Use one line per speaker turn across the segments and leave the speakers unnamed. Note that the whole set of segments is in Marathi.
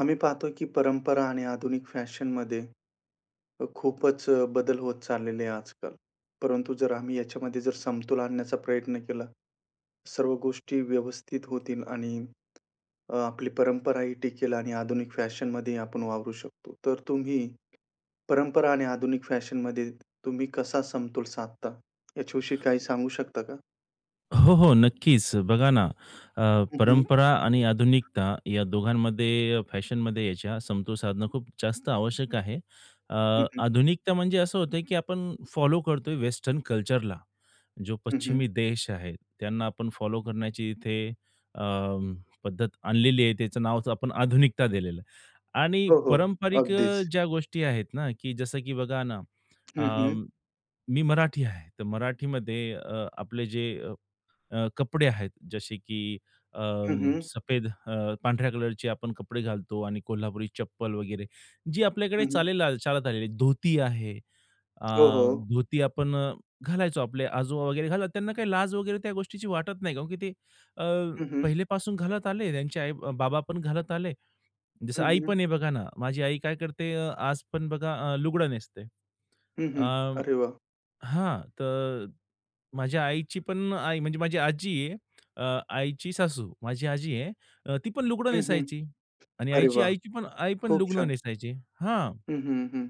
आम्ही पाहतो की परंपरा आणि आधुनिक फॅशनमध्ये खूपच बदल होत चाललेले आहे आजकाल. परंतु जर आम्ही याच्यामध्ये जर समतोल आणण्याचा प्रयत्न केला, सर्व गोष्टी व्यवस्थित होतील आणि आपली परंपराही टिकेल आणि आधुनिक फॅशनमध्ये आपण वावरू शकतो. तर तुम्ही परंपरा आणि आधुनिक फॅशनमध्ये तुम्ही कसा समतोल साधता? याच्याविषयी काही सांगू शकता का?
हो, हो. नक्कीच. बघा ना,
हं, हं.
परंपरा आणि आधुनिकता या दोघांमध्ये फॅशनमध्ये याच्या समतोल साधणं खूप जास्त आवश्यक आहे. अ,
हं, हं.
आधुनिकता म्हणजे असं होतं, की आपण फॉलो करतोय वेस्टर्न कल्चरला. जो
हं, हं.
पश्चिमी देश आहे, त्यांना आपण फॉलो करण्याची इथे अ, पद्धत आणलेली आहे. त्याचं नावच आपण आधुनिकता दिलेलं आहे. आणि
हो, हो.
पारंपरिक
अगदीच.
ज्या गोष्टी आहेत ना, की जसं की बघा ना, अ,
हं, हं.
मी मराठी आहे. तर मराठीमध्ये आपले जे कपडे आहेत जसे की अ,
हं, हं.
सफेद पांढऱ्या कलरचे आपण कपडे घालतो आणि कोल्हापुरी चप्पल वगैरे जी आपल्याकडे
हं, हं.
चालेल चालत आलेली धोती आहे. अ,
हो, हो.
धोती आपण घालायचो आपले आजोबा वगैरे घालतात. त्यांना काही लाज वगैरे त्या गोष्टीची वाटत नाही कारण की ते अ,
हं, हं.
पहिलेपासून घालत आले. त्यांचे आई बाबा पण घालत आले. जसं
हं,
आई
हं.
पण आहे बघा ना, माझी आई काय करते आज पण बघा लुगडं नेसते.
हं, हं.
अं,
अरे वाह!
हां, तर माझ्या आईची पण आई म्हणजे माझी आजी आहे. आईची सासू, माझी आजी आहे. ती पण लुगडं
हं, हं.
नेसायची आणि
अरे
आईची
वाह!
आईची पण आई पण
खूप
लुगडं
छान.
नेसायची. हां,
हं, हं, हं.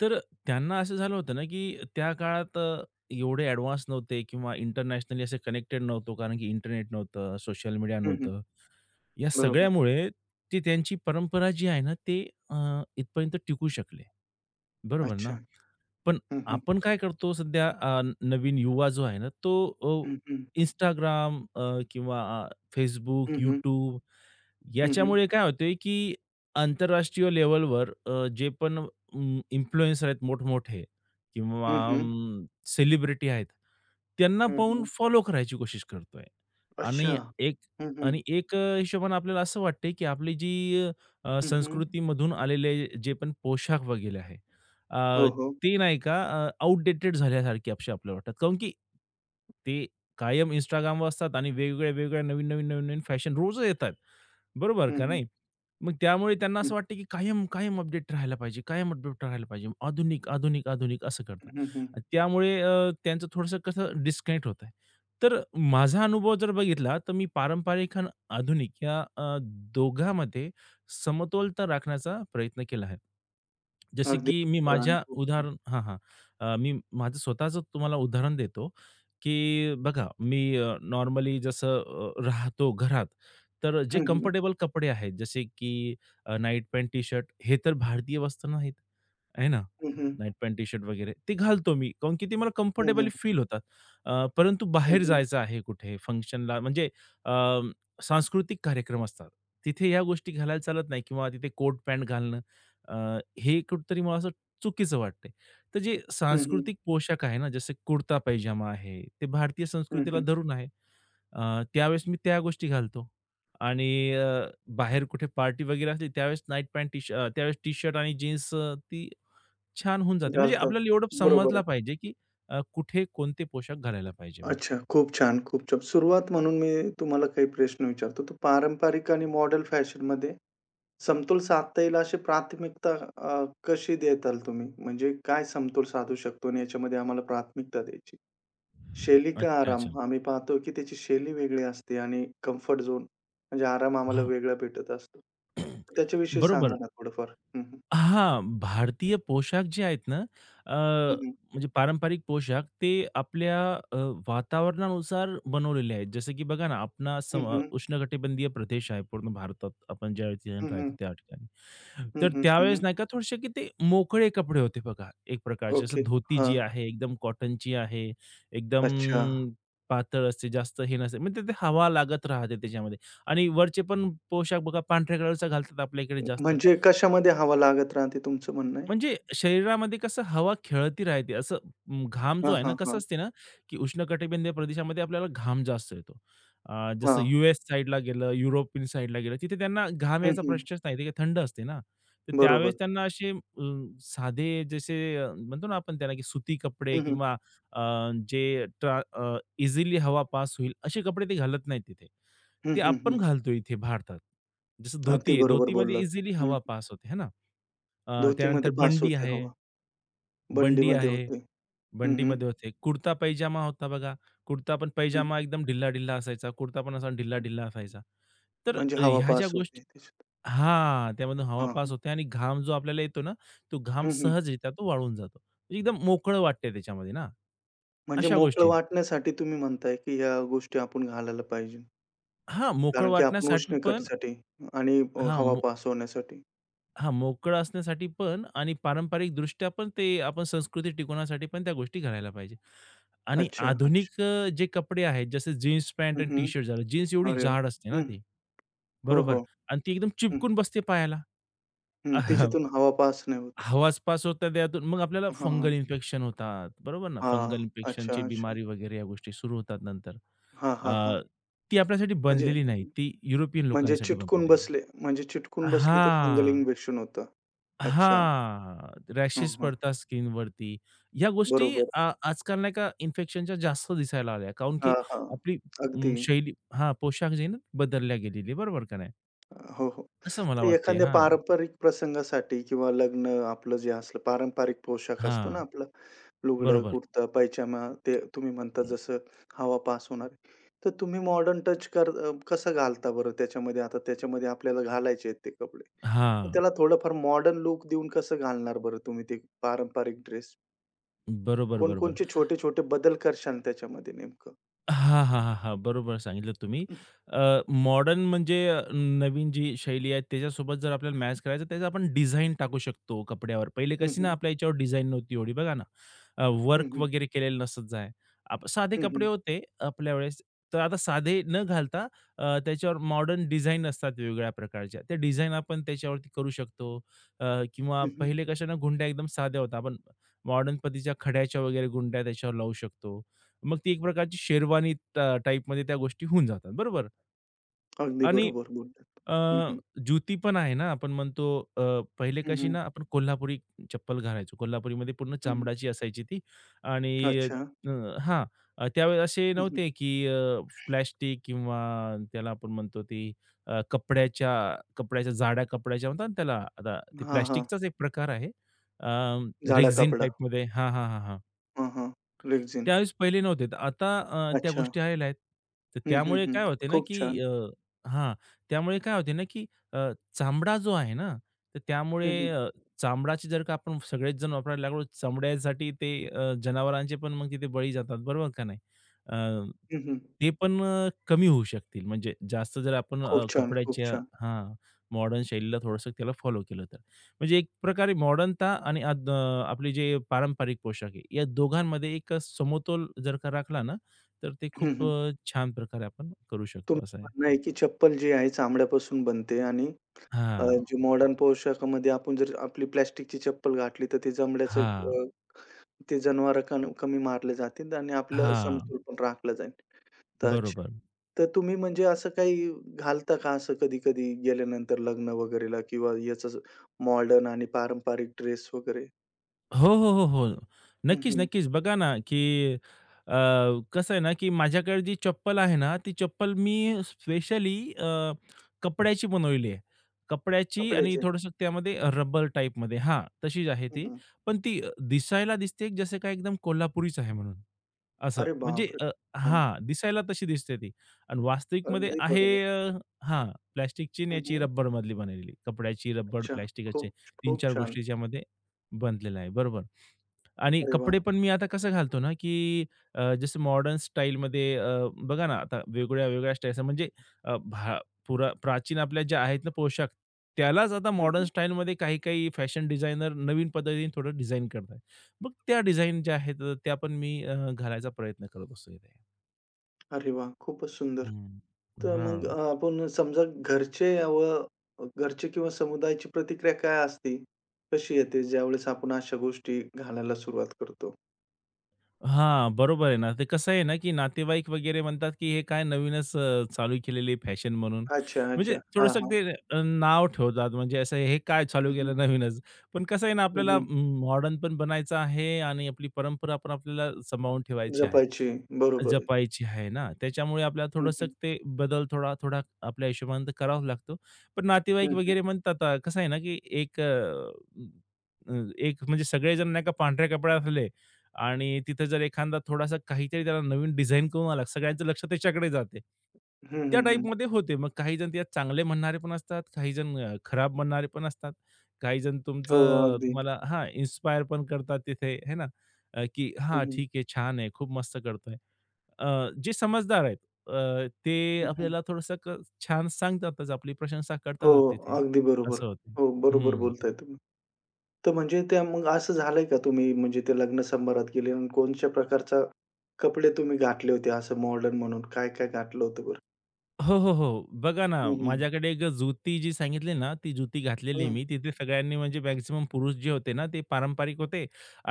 तर त्यांना असं झालं होतं ना, की त्या काळात एवढे ॲडव्हान्स नव्हते किंवा इंटरनॅशनली असे कनेक्टेड नव्हतो, कारण की इंटरनेट नव्हतं, सोशल मीडिया
हं, हं.
नव्हतं. या
बरोबर.
सगळ्यामुळे ती त्यांची परंपरा जी आहे ना, ते अ, इथपर्यंत टिकू शकले. बरोबर ना?
अच्छा.
पण
हं, हं.
आपण काय करतो सध्या नवीन युवा जो आहे ना तो अ,
हं, हं.
Instagram किंवा Facebook,
हं, हं.
YouTube
हं, हं.
याच्यामुळे काय होतंय की आंतरराष्ट्रीय लेव्हलवर जे पण इन्फ्लुएन्सर आहेत मोठमोठे किंवा
हं, हं.
सेलिब्रिटी आहेत, त्यांना
हं,
पाहून
हं.
फॉलो करायची कोशिश करतोय
अच्छा.
आणि एक
हं, हं.
आणि एक हिशोबाने आपल्याला असं वाटतंय की आपली जी
हं, हं.
संस्कृतीमधून आलेले जे पण पोशाख वगैरे आहे.
हो, हो.
ते नाही का आउटडेटेड झाल्यासारखी अशी आपल्याला वाटतात. काऊन की ते कायम Instagramवर असतात आणि वेगवेगळ्या, वेगवेगळ्या नवीन, नवीन, नवीन, नवीन फॅशन रोज येतात. बरोबर
हं,
का
हं.
नाही? मग त्यामुळे त्यांना असं वाटतं, की कायम, कायम अपडेट राहायला पाहिजे, कायम अपडेट राहायला पाहिजे. आधुनिक, आधुनिक, आधुनिक असं
हं,
करतात.
हं, हं.
त्यामुळे त्यांचं थोडंसं कसं डिस्कनेक्ट होत आहे. तर माझा अनुभव जर बघितला, तर मी पारंपरिक आणि आधुनिक या दोघांमध्ये समतोलता राखण्याचा प्रयत्न केला आहे. जसं
अगदी
की मी
बरोबर आणि
माझ्या
खूप छान.
उदाहरण हां, हां. मी माझं स्वतःचं तुम्हाला उदाहरण देतो, की बघा मी नॉर्मली जसं राहतो घरात तर जे
हं, हं.
कम्फर्टेबल कपडे आहेत, जसे की नाईट पॅन्ट, टी-शर्ट हे तर भारतीय वस्त्र नाहीत, आहे ना?
हं, हं.
नाईट पॅन्ट, टी-शर्ट वगैरे ते घालतो मी. काऊन की ते मला
हं, हं.
कम्फर्टेबली फील होतात. परंतु
हं,
बाहेर
हं.
जायचं आहे कुठे फंक्शनला म्हणजे अ, सांस्कृतिक कार्यक्रम असतात. तिथे या गोष्टी घालायला चालत नाही किंवा तिथे कोट पॅन्ट घालणं हे कुठेतरी मला असं चुकीचं वाटतंय. तर जे
हं, हं.
सांस्कृतिक पोशाख आहे ना, जसे कुर्ता पैजामा आहे, ते भारतीय
हं,
संस्कृतीला
हं.
धरून आहे. त्यावेळेस मी त्या गोष्टी घालतो आणि अ, बाहेर कुठे पार्टी वगैरे असली त्यावेळेस नाईट पॅन्ट त्यावेळेस टी-शर्ट आणि जीन्स ती छान होऊन जाते. म्हणजे
घालतात.
आपल्याला एवढं
बरोबर
समजला
आहे.
पाहिजे, की कुठे कोणते पोशाख घालायला पाहिजे बस.
अच्छा. खूप छान, खूप छान. सुरुवात म्हणून मी तुम्हाला काही प्रश्न विचारतो. तर पारंपरिक आणि मॉडर्न फॅशनमध्ये समतोल साधता येईल अशी प्राथमिकता कशी देताल तुम्ही? म्हणजे काय समतोल साधू शकतो आणि याच्यामध्ये आम्हाला प्राथमिकता द्यायची? शैली का
अच्छा,
आराम?
अच्छा.
आम्ही पाहतो की त्याची शैली वेगळी असते आणि कम्फर्ट झोन म्हणजे आराम आम्हाला
हां.
वेगळा भेटत असतो. त्याच्याविषयी सांगा
बरोबर.
ना थोडंफार? हं, हं.
हां, भारतीय पोशाख जे आहेत ना, अ,
हं, हं.
म्हणजे पारंपरिक पोशाख ते आपल्या अ, वातावरणानुसार बनवलेले आहेत. जसं की बघा ना, आपला
हं, हं.
उष्णकटिबंधीय प्रदेश आहे पूर्ण भारतात. आपण ज्या ठिकाणी
हं,
राहतो
हं.
त्या ठिकाणी. तर
हं,
त्यावेळेस
हं.
नाही का थोडेसे की ते मोकळे कपडे होते बघा एक प्रकारचे. जसं
ओके.
धोती
हां.
जी आहे, एकदम कॉटनची आहे, एकदम
अच्छा.
पातळ असते, जास्त हे नसते. म्हणजे ते ते हवा लागत राहते त्याच्यामध्ये आणि वरचे पण पोशाख बघा पांढऱ्या कलरचा घालतात आपल्या इकडे जास्त.
म्हणजे कशामध्ये हवा लागत राहते तुमचं म्हणणं आहे?
म्हणजे शरीरामध्ये कसं हवा खेळती राहते. असं घाम जो
हां,
आहे ना,
हां,
कसं
हां.
असते ना, की उष्णकटिबंधीय प्रदेशामध्ये आपल्याला घाम जास्त येतो. जसं
हां.
यूएस साइडला गेलं, युरोपियन साइडला गेलं, तिथे त्यांना घाम
हं,
यायचा
हं.
प्रश्नच नाही. तिथे थंड असते ना. तर
बरोबर.
त्यावेळेस त्यांना असे साधे जसे म्हणतो ना आपण त्याला, की सुती कपडे
हं, हं.
किंवा अ, जे इझिली हवा पास होईल असे कपडे ते घालत नाहीत तिथे.
हं,
ते
हं,
आपण
हं.
घालतो इथे भारतात. जसं
अगदी
धोती आहे,
बरोबर
धोतीमध्ये
बोललात.
इझिली
हं.
हवा पास होते, है ना? त्यानंतर
धोतीमध्ये पास
बंडी
होते
आहे,
हवा.
बंडी
बंडीमध्ये
आहे.
होते. हं, हं.
बंडीमध्ये होते. कुर्ता पैजामा होता बघा. कुर्ता पण
हं.
पैजामा एकदम ढिल्ला-ढिल्ला असायचा. कुर्ता पण असा ढिल्ला-ढिल्ला असायचा. तर
म्हणजे हवा
ह्या ज्या
पास होते
गोष्टी
त्याच्यात.
हां, त्यामधून हवा
हां,
पास
हां.
होते आणि घाम जो आपल्याला येतो ना, तो घाम
हं, हं.
सहजरित्या तो वाळून जातो. म्हणजे एकदम मोकळं वाटते त्याच्यामध्ये ना,
म्हणजे
अशा
मोकळं
गोष्टी.
वाटण्यासाठी तुम्ही म्हणताय, की ह्या गोष्टी आपण घालायला पाहिजे.
हां, मोकळं
कारण की आपण
वाटण्यासाठी पण
उष्णकटीसाठी आणि हवा
हां.
पास होण्यासाठी.
हां, मोकळं असण्यासाठी पण आणि पारंपरिकदृष्ट्या पण ते आपण संस्कृती टिकवण्यासाठी पण त्या गोष्टी घालायला पाहिजे. आणि
अच्छा, अच्छा.
आधुनिक जे कपडे आहेत, जसे जीन्स पॅन्ट
हं,
आणि
हं.
टी-शर्ट झालं. जीन्स एवढी
अरे वाह!
जाड असते ना
हं.
ती,
हो, हो.
बरोबर? आणि ती एकदम
हं,
चिपकून बसते पायाला.
हं. तिच्यातून हवा पास नाही होत.
हवाच पास होतात त्यातून. मग आपल्याला
हां,
फंगल
हां.
इन्फेक्शन होतात, बरोबर ना?
हां.
फंगल
अच्छा,
इन्फेक्शनची
अच्छा.
बिमारी वगैरे या गोष्टी सुरू होतात नंतर.
हां, हां, हां.
अ, ती आपल्यासाठी
म्हणजे
बनलेली नाही. ती युरोपियन
म्हणजे
लोकांसाठी
चिटकून
बनलेली आहे.
बसले. म्हणजे चिटकून बसली तर फंगल
हां.
इन्फेक्शन होतं. अच्छा.
हां,
हं,
रॅशेस
हं.
पडतात स्किनवरती. ह्या गोष्टी
बरोबर.
आजकाल नाही का इन्फेक्शनच्या जास्त दिसायला आल्या. काऊन की
हां, हां.
आपली
अगदी.
शैली हां, पोशाख जे आहे ना बदलल्या गेलेली बरोबर का नाही?
हो, हो.
असं मला
तर
वाटते.
एखाद्या
हां,
पारंपरिक प्रसंगासाठी किंवा लग्न आपलं जे असलं पारंपरिक पोशाख असतो ना
हां,
आपला लुगडं,
बरोबर.
कुर्ता, पायजामा ते तुम्ही म्हणता जसं हवा पास होणार. तर तुम्ही मॉडर्न कसं घालता बरं त्याच्यामध्ये? आता त्याच्यामध्ये आपल्याला घालायचे आहेत ते कपडे. तर
हां,
त्याला थोडंफार मॉडर्न लूक देऊन कसं घालणार बरं तुम्ही ते पारंपरिक ड्रेस?
बरोबर, बरोबर.
कोणकोणचे छोटे-छोटे बदल करशाल त्याच्यामध्ये नेमकं?
हां, हां, हां, हां. बरोबर सांगितलं तुम्ही. अ, मॉडर्न म्हणजे नवीन जी शैली आहे त्याच्यासोबत जर आपल्याला मॅच करायचं त्याचं आपण डिझाइन टाकू शकतो कपड्यावर. पहिले
हं,
कशी ना
हं,
आपल्या याच्यावर डिझाइन नव्हती एवढी बघा ना.
हं,
वर्क
हं,
वगैरे केलेलं नसत जाय. आप साधे
हं,
कपडे
हं,
होते आपल्या वेळेस. तर आता साधे न घालता त्याच्यावर मॉडर्न डिझाइन असतात वेगवेगळ्या प्रकारच्या. त्या डिझाइन आपण त्याच्यावरती करू शकतो. अ, किंवा
हं, हं.
पहिले कशा ना गुंड्या एकदम साध्या होत्या. आपण मॉडर्न पद्धतीच्या खड्याच्या वगैरे गुंड्या त्याच्यावर लावू शकतो. मग ती एक प्रकारची शेरवानी टाइपमध्ये त्या गोष्टी होऊन जातात, बरोबर?
अगदी
आणि
बरोबर बोललात.
अ,
हं, हं,
ज्युती पण आहे ना, आपण म्हणतो अ, पहिले
हं,
कशी
हं,
ना आपण कोल्हापुरी चप्पल घालायचो. कोल्हापुरीमध्ये पूर्ण
हं, हं.
चामडाची असायची ती आणि
अच्छा.
अ, हां, त्यावेळेस असे
हं, हं.
नव्हते की किंवा त्याला आपण म्हणतो ती कपड्याच्या कपड्याच्या जाड्या कपड्याच्या म्हणतात ना त्याला, आता ते
हां, हां.
प्लास्टिकचाच एक प्रकार आहे. अ,
जाडा
रेक्झिन
कपडा.
टाइपमध्ये हां, हां, हां,
हां, हां. रेक्झिन.
त्यावेळेस पहिले नव्हते. तर आता त्या
अच्छा.
गोष्टी आलेल्या आहेत. तर
हं, हं,
त्यामुळे
हं.
काय होते ना,
खूप
की
छान.
हां, त्यामुळे काय होते ना, की अ, चामडा जो आहे ना, तर
हं,
त्यामुळे
हं.
चामडाची जर का आपण सगळेच जण वापरायला लागलो, चामड्यासाठी ते जनावरांचे पण मग तिथे बळी जातात, बरोबर का नाही? अ,
हं, हं.
ते पण कमी होऊ शकतील. म्हणजे जास्त जर आपण
खूप छान, खूप
कपड्याच्या
छान.
हां, मॉडर्न शैलीला थोडंसं त्याला फॉलो केलं तर. म्हणजे एक प्रकारे मॉडर्नता आणि आपले जे पारंपरिक पोशाख आहे, या दोघांमध्ये एक समतोल जर का राखला ना, तर ते
हं,
खूप
हं.
छान प्रकारे आपण करू शकतो
तुमचं
असं आहे.
म्हणणं आहे की चप्पल जी आहे चामड्यापासून बनते आणि जी
हां,
मॉडर्न पोशाखामध्ये आपण जर आपली प्लास्टिकची चप्पल घातली तर ती चामड्याचं
हां,
ते जनावरं कमी मारले जातील आणि आपलं हं.
हां.
समतोल पण राखला जाईल. तर अच्छा.
बरोबर.
तर तुम्ही म्हणजे असं काही घालता का असं कधी-कधी गेल्यानंतर लग्न वगैरेला किंवा याचं मॉडर्न आणि पारंपरिक ड्रेस वगैरे?
हो, हो, हो, हो.
हं,
नक्कीच,
हं.
नक्कीच. बघा ना, की अ, कसं आहे ना, की माझ्याकडे जी चप्पल आहे ना, ती चप्पल मी स्पेशली कपड्याची बनवलेली आहे. कपड्याची आणि
कपड्याचे.
थोडंसं त्यामध्ये रबर टाईपमध्ये हां, तशीच आहे
हं,
ती.
हं.
पण ती दिसायला दिसते जसं काय एकदम कोल्हापुरीच आहे म्हणून. असं
अरे
म्हणजे
बापरे! छान.
हां, दिसायला तशी दिसते ती आणि वास्तविकमध्ये
अगदी
आहे
बरोबर.
हां, प्लास्टिकची आणि
हं,
याची
हं.
रबरमधली बनवलेली. कपड्याची, रबर,
अच्छा.
प्लास्टिकचे
खूप, खूप
3-4
छान.
गोष्टी याच्यामध्ये बनलेलं आहे. बरोबर. आणि
अरे वाह!
कपडे पण मी आता कसं घालतो ना, की जसं मॉडर्न स्टाईलमध्ये बघा ना, आता वेगळ्या-वेगळ्या स्टाईल्स म्हणजे अ, भा पुरा प्राचीन आपल्या ज्या आहेत ना पोशाख, त्यालाच आता मॉडर्न
हं,
स्टाईलमध्ये काही-काही फॅशन डिझायनर नवीन पद्धतीने थोडं डिझाइन करतायत. मग त्या डिझाइन ज्या आहेत, त्या पण मी घालायचा प्रयत्न करत असतो इथे.
अरे वा, खूपच सुंदर.
हं.
तर मग
हां.
आपण समजा घरचे किंवा समुदायाची प्रतिक्रिया काय असते? कशी येते ज्यावेळेस आपण अशा गोष्टी घालायला सुरुवात करतो?
हां, बरोबर आहे ना. ते कसं आहे ना, की नातेवाईक वगैरे म्हणतात, की हे काय नवीनच चालू केलेली फॅशन म्हणून.
अच्छा,
म्हणजे
अच्छा. हां,
थोडंसं
हां.
ते नाव ठेवतात म्हणजे असं हे काय चालू
हं, हं.
केलं नवीनच. पण कसं आहे ना,
हं,
आपल्याला
हं.
मॉडर्न पण बनायचं आहे आणि आपली परंपरा पण आपल्याला सांभाळून ठेवायची आहे.
जपायची. बरोबर आहे.
जपायची आहे ना, त्याच्यामुळे आपल्याला
हं,
थोडंसं
हं.
ते बदल थोडा-थोडा आपल्या हिशोबाने तर करावा लागतो. पण नातेवाईक
हं, हं.
वगैरे म्हणतात कसं आहे ना, की एक अ, अ, एक म्हणजे सगळेजण नाही का पांढऱ्या कपड्यात असले आणि तिथं जर एखादा थोडासा काहीतरी त्याला नवीन डिझाइन करून आला, सगळ्यांचं लक्ष त्याच्याकडे जाते.
हं,
त्या
हं,
टाईपमध्ये होते. मग काही जण त्यात चांगले म्हणणारे पण असतात, काही जण खराब म्हणणारे पण असतात. काही जण
हो,
तुमचं
अगदी.
तुम्हाला हां, इन्स्पायर पण करतात तिथे, आहे ना, की
हं,
"हां,
हं.
ठीक आहे, छान आहे, खूप मस्त करतोय." जे समजदार आहेत ते
हं,
आपल्याला थोडंसं छान सांगतातच, आपली प्रशंसा
हो,
करतातच तिथे,
अगदी बरोबर.
असं होतं.
हो, बरोबर
हं.
बोलताय तुम्ही. तर म्हणजे त्या मग असं झालंय का तुम्ही म्हणजे ते लग्न समारंभात गेले आणि कोणत्या प्रकारचा कपडे तुम्ही घातले होते असं मॉडर्न म्हणून? काय-काय घातलं होतं बरं?
हो, हो, हो. बघा ना,
हं, हं.
माझ्याकडे एक जुती जी सांगितली ना, ती जुती घातलेली
हं.
मी. तिथे सगळ्यांनी म्हणजे मॅक्सिमम पुरुष जे होते ना, ते पारंपरिक होते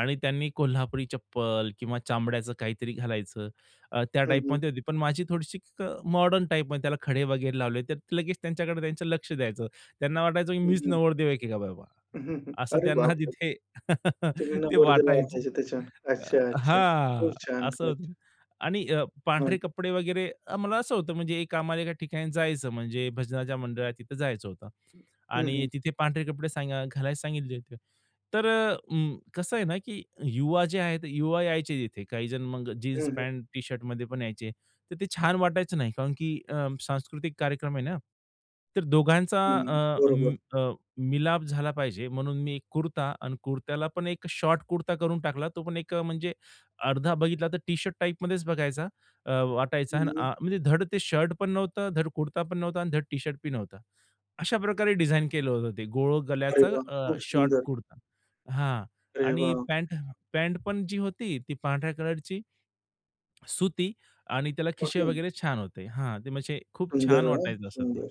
आणि त्यांनी कोल्हापुरी चप्पल किंवा चामड्याचं काहीतरी घालायचं. त्या
हं, हं.
टाईपमध्ये होती. पण माझी थोडीशी मॉडर्न टाईपमध्ये त्याला खडे वगैरे लावले, तर लगेच त्यांच्याकडे त्यांचं लक्ष द्यायचं. त्यांना वाटायचं की
हं,
मीच
हं.
नवरदेव आहे की काय बाबा?
हं, हं.
असं
अरे
त्यांना
बापरे!
तिथे
तुम्ही
ते
नवरदेव
वाटायचं.
वाटायचे त्याच्यानं.
अ,
अच्छा, अच्छा.
हां,
खूप छान,
असं
खूप
होतं
छान.
आणि
हं.
पांढरे कपडे वगैरे मला असं होतं म्हणजे एक आम्हाला एका ठिकाणी जायचं म्हणजे भजनाच्या मंडळात तिथं जायचं होतं
हं,
आणि
हं.
तिथे पांढरे कपडे सांगा घालायला सांगितले होते. तर कसं आहे ना, की युवा जे आहेत, युवा यायचे तिथे. काही जण मग जीन्स
हं, हं.
पॅन्ट, टी शर्टमध्ये पण यायचे. तर ते छान वाटायचं नाही, कारण की सांस्कृतिक कार्यक्रम आहे ना. तर दोघांचा
हं. बरोबर.
मिलाप झाला पाहिजे म्हणून मी एक कुर्ता आणि कुर्त्याला पण एक शॉर्ट कुर्ता करून टाकला. तो पण एक म्हणजे अर्धा बघितला तर टी-शर्ट टाइपमध्येच बघायचा वाटायचा
हं,
आणि
हं.
म्हणजे धड ते शर्ट पण नव्हतं, धड कुर्ता पण नव्हता आणि धड टी-शर्ट पण नव्हता. अशा प्रकारे डिझाइन केलं होतं ते. गोल
अरे
गल्याचं
वाह! खूप
शॉर्ट
सुंदर.
कुर्ता. हां
अरे
आणि
वाह!
पॅन्ट पॅन्ट पण जी होती ती पांढऱ्या कलरची सुती आणि त्याला खिसे
अरे
वगैरे छान होते. हां, ते म्हणजे खूप
सुंदर
छान
हां,
वाटायचं असं ते.
सुंदर.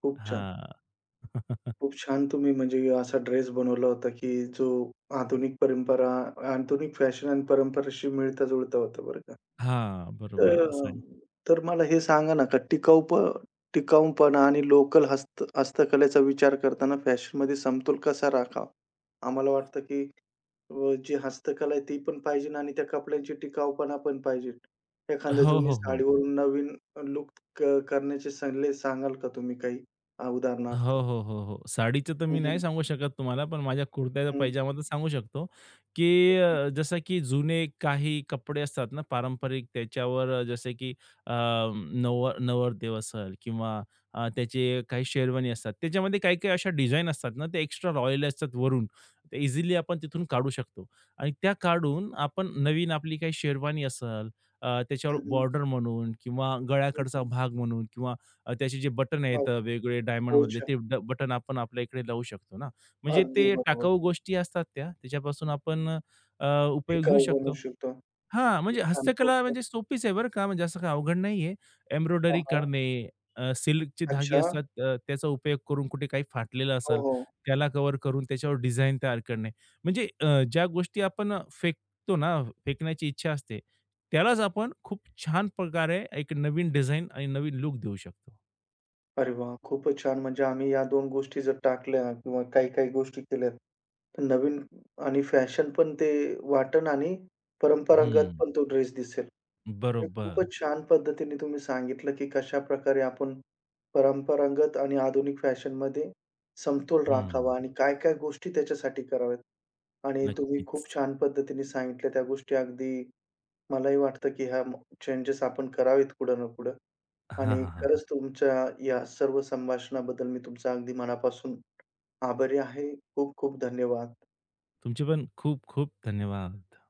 खूप छान.
हां.
खूप छान तुम्ही म्हणजे असा ड्रेस बनवला होता, की जो आधुनिक परंपरा, आधुनिक फॅशन आणि परंपरेशी मिळता-जुळता होता बरं का.
हां, बरोबर
तर हो.
असं आहे.
तर मला हे सांगा ना, का टिकाऊपणा आणि लोकल हस्तकलेचा विचार करताना फॅशनमध्ये समतोल कसा राखावा? आम्हाला वाटतं, की जी हस्तकला आहे ती पण पाहिजे आणि त्या कपड्यांची टिकाऊपणा पण पाहिजे. एखाद्या
हो,
जुनी
हो, हो.
साडीवरून नवीन लूक करण्याचे सल्ले सांगाल का तुम्ही काही उदाहरणार्थ?
हो, हो, हो, हो. साडीचं तर
हं,
मी नाही
हं.
सांगू शकत तुम्हाला, पण माझ्या कुर्त्याचा
हं.
पैजामा तर सांगू शकतो, की जसं की जुने काही कपडे असतात ना पारंपरिक त्याच्यावर जसे की अ, नवरदेव असेल किंवा त्याचे काही शेरवानी असतात. त्याच्यामध्ये काही-काही अशा डिझाईन असतात ना, ते एक्स्ट्रा रॉयल असतात वरून. ते इझिली आपण तिथून काढू शकतो आणि त्या काढून आपण नवीन आपली काही शेरवानी असेल, त्याच्यावर
हं, हं.
बॉर्डर म्हणून किंवा
हं,
गळ्याकडचा
हं.
भाग म्हणून किंवा त्याचे जे बटन
हो,
आहेत वेगवेगळे
हो,
डायमंडमधले
अच्छा.
ते बटन आपण आपल्या इकडे लावू शकतो ना. म्हणजे
अगदी
ते
बरोबर.
टाकाऊ गोष्टी असतात त्या. त्याच्यापासून आपण अ, उपयोग घेऊ
टिकाऊ बनवू
शकतो.
शकतो.
हां,
खूप
म्हणजे
छान, खूप
हस्तकला
छान.
म्हणजे सोपीच आहे बरं का, म्हणजे असं काही अवघड नाहीये.
हां,
एम्ब्रॉयडरी
हां.
करणे, सिल्कचे धागे
अच्छा.
असतात त्याचा उपयोग करून कुठे काही फाटलेलं
हो,
असेल,
हो.
त्याला कव्हर करून त्याच्यावर डिझाईन तयार करणे. म्हणजे ज्या गोष्टी आपण फेकतो ना, फेकण्याची इच्छा असते, त्यालाच आपण खूप छान प्रकारे एक नवीन डिझाईन आणि नवीन लूक देऊ शकतो.
अरे वाह! खूपच छान. म्हणजे आम्ही या दोन गोष्टी जर टाकल्या किंवा काही-काही गोष्टी केल्यात, तर नवीन आणि फॅशन पण ते वाटेल आणि परंपरागत
हं,
पण तो ड्रेस दिसेल. आणि
बरोबर.
खूपच छान पद्धतीने तुम्ही सांगितलं, की कशाप्रकारे आपण परंपरागत आणि आधुनिक फॅशनमध्ये समतोल
हं,
राखावा आणि काय-काय गोष्टी त्याच्यासाठी कराव्यात. आणि तुम्ही खूप
नक्कीच.
छान पद्धतीने सांगितल्या त्या गोष्टी. अगदी मलाही वाटतं, की ह्या चेंजेस आपण करावेत कुठं ना कुठं.
हां,
आणि
हां, हां,
खरंच तुमच्या या सर्व संभाषणाबद्दल मी तुमचा अगदी मनापासून आभारी आहे. खूप खूप धन्यवाद.
तुमचे पण खूप खूप धन्यवाद.